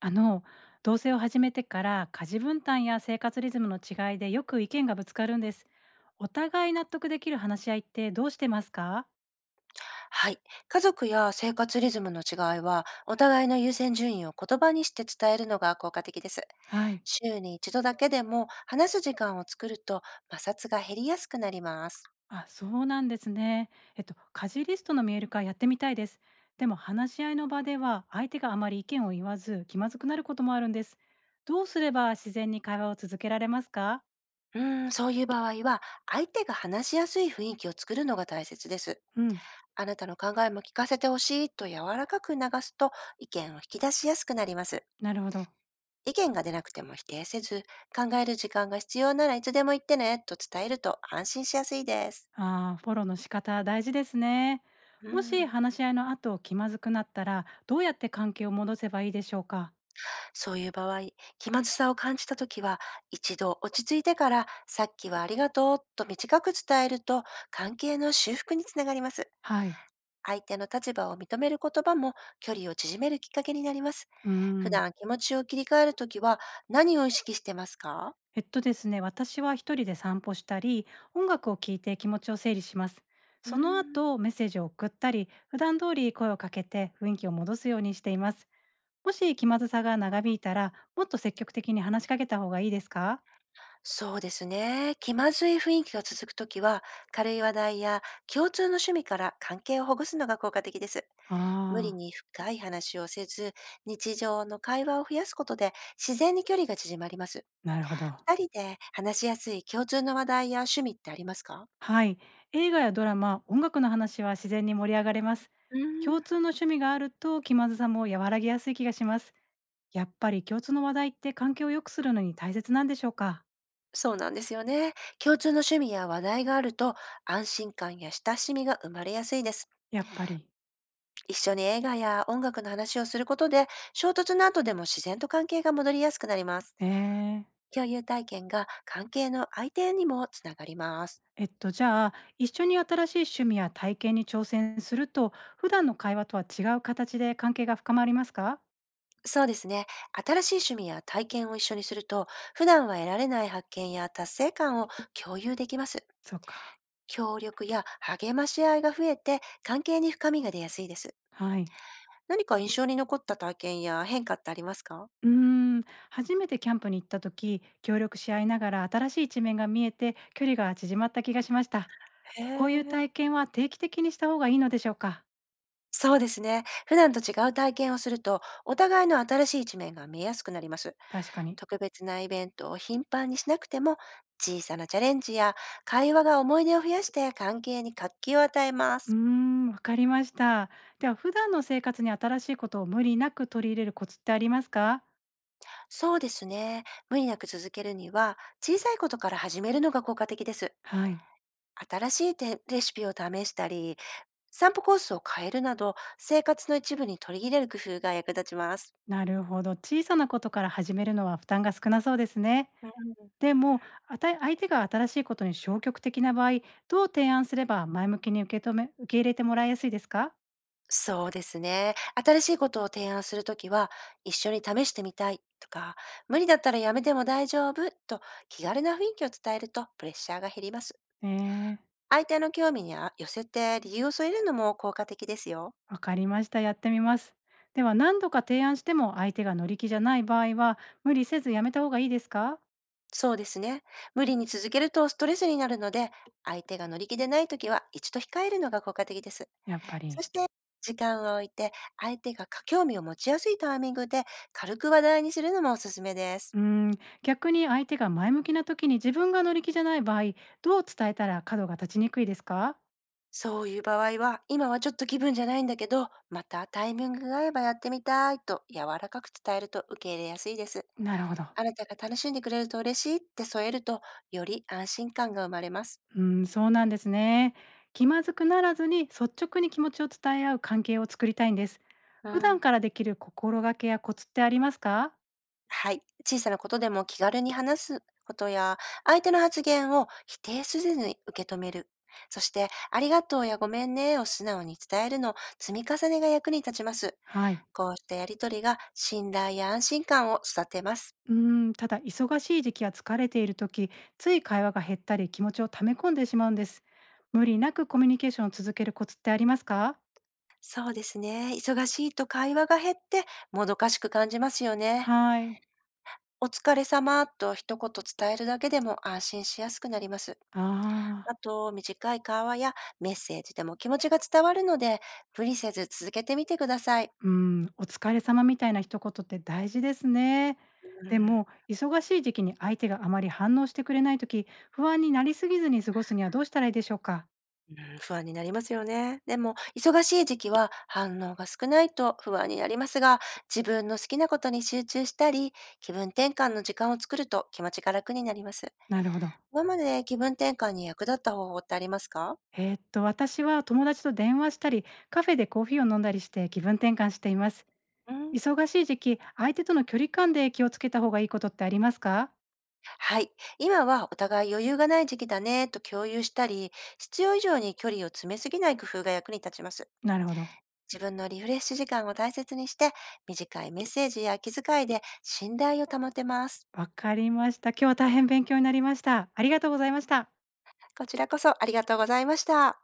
あの同棲を始めてから家事分担や生活リズムの違いでよく意見がぶつかるんです。お互い納得できる話し合いってどうしてますか？はい。家族や生活リズムの違いは、お互いの優先順位を言葉にして伝えるのが効果的です。はい。週に一度だけでも話す時間を作ると、摩擦が減りやすくなります。あ、そうなんですね。家事リストの見える化やってみたいです。でも話し合いの場では相手があまり意見を言わず気まずくなることもあるんです。どうすれば自然に会話を続けられますか？そういう場合は、相手が話しやすい雰囲気を作るのが大切です。うん。あなたの考えも聞かせてほしいと柔らかく流すと、意見を引き出しやすくなります。なるほど。意見が出なくても否定せず、考える時間が必要ならいつでも言ってねと伝えると安心しやすいです。ああ、フォローの仕方大事ですね。うもしん。話し合いの後気まずくなったら、どうやって関係を戻せばいいでしょうか。そういう場合、気まずさを感じたときは、一度落ち着いてから、さっきはありがとうと短く伝えると、関係の修復につながります。はい。相手の立場を認める言葉も距離を縮めるきっかけになります。うー普ん。段気持ちを切り替えるときは何を意識してますか？ですね、私は一人で散歩したり、音楽を聴いて気持ちを整理します。うーそのん、後、メッセージを送ったり、普段通り声をかけて雰囲気を戻すようにしています。もし気まずさが長引いたら、もっと積極的に話しかけた方がいいですか？そうですね。気まずい雰囲気が続くときは、軽い話題や共通の趣味から関係をほぐすのが効果的です。無理ああに深い話をせず、日常の会話を増やすことで自然に距離が縮まります。ー、なるほど。二人で話しやすい共通の話題や趣味ってありますか？はい、映画やドラマ、音楽の話は自然に盛り上がれます。うー共ん、通の趣味があると気まずさも和らぎやすい気がします。やっぱり共通の話題って関係を良くするのに大切なんでしょうか？そうなんですよね。共通の趣味や話題があると、安心感や親しみが生まれやすいです。やっぱり。一緒に映画や音楽の話をすることで、衝突の後でも自然と関係が戻りやすくなります。えー、共有体験が関係の相手にもつながります。じゃあ一緒に新しい趣味や体験に挑戦すると普段の会話とは違う形で関係が深まりますか？そうですね。新しい趣味や体験を一緒にすると、普段は得られない発見や達成感を共有できます。そっか。協力や励まし合いが増えて、関係に深みが出やすいです。はい。何か印象に残った体験や変化ってありますか？うーん、初めてキャンプに行った時、協力し合いながら新しい一面が見えて距離が縮まった気がしました。へこういうえ。体験は定期的にした方がいいのでしょうか？そうですね。普段と違う体験をすると、お互いの新しい一面が見えやすくなります。確かに。特別なイベントを頻繁にしなくても、小さなチャレンジや会話が思い出を増やして、関係に活気を与えまうす。ーん、わかりました。では、普段の生活に新しいことを無理なく取り入れるコツってありますか？そうですね。無理なく続けるには、小さいことから始めるのが効果的です。はい。新しいてレシピを試したり、散歩コースを変えるなど、生活の一部に取り入れる工夫が役立ちます。なるほど。小さなことから始めるのは負担が少なそうですね。うん、でも、あた相手が新しいことに消極的な場合、どう提案すれば前向きに受け止め、受け入れてもらいやすいですか？そうですね。新しいことを提案するときは、一緒に試してみたいとか、無理だったらやめても大丈夫と気軽な雰囲気を伝えると、プレッシャーが減ります。ええ、相手の興味にあ寄せて理由を添えるのも効果的ですよ。わかりました。やってみます。では何度か提案しても相手が乗り気じゃない場合は無理せずやめた方がいいですか？そうですね。無理に続けるとストレスになるので、相手が乗り気でないときは一度控えるのが効果的です。やっぱそり。して、時間を置いて、相手が興味を持ちやすいタイミングで軽く話題にするのもおすすめです。うーん、逆に相手が前向きな時に自分が乗り気じゃない場合、どう伝えたら角が立ちにくいですか？そういう場合は、今はちょっと気分じゃないんだけど、またタイミングが合えばやってみたいと柔らかく伝えると受け入れやすいです。なるほど。あなたが楽しんでくれると嬉しいって添えると、より安心感が生まれます。うーん、そうなんですね。気まずくならずに率直に気持ちを伝え合う関係を作りたいんです。う普段ん。からできる心がけやコツってありますか？はい。小さなことでも気軽に話すことや、相手の発言を否定せずに受け止める。そして、ありがとうやごめんねを素直に伝えるの積み重ねが役に立ちます。はい。こうしたやりとりが信頼や安心感を育てます。うーん、ただ忙しい時期や疲れている時、つい会話が減ったり気持ちを溜め込んでしまうんです。無理なくコミュニケーションを続けるコツってありますか？そうですね。忙しいと会話が減って、もどかしく感じますよね。はい。お疲れ様と一言伝えるだけでも安心しやすくなります。あああ、と、短い会話やメッセージでも気持ちが伝わるので、無理せず続けてみてください。うん、お疲れ様みたいな一言って大事ですね。うでん、も、忙しい時期に相手があまり反応してくれない時、不安になりすぎずに過ごすにはどうしたらいいでしょうか？うん、不安になりますよね。でも、忙しい時期は反応が少ないと不安になりますが、自分の好きなことに集中したり、気分転換の時間を作ると気持ちが楽になります。なるほど。今までで気分転換に役立った方法ってありますか？私は友達と電話したり、カフェでコーヒーを飲んだりして気分転換しています。うん、忙しい時期、相手との距離感で気をつけた方がいいことってありますか？はい。今はお互い余裕がない時期だねと共有したり、必要以上に距離を詰めすぎない工夫が役に立ちます。なるほど。自分のリフレッシュ時間を大切にして、短いメッセージや気遣いで信頼を保てます。わかりました。今日は大変勉強になりました。ありがとうございました。こちらこそありがとうございました。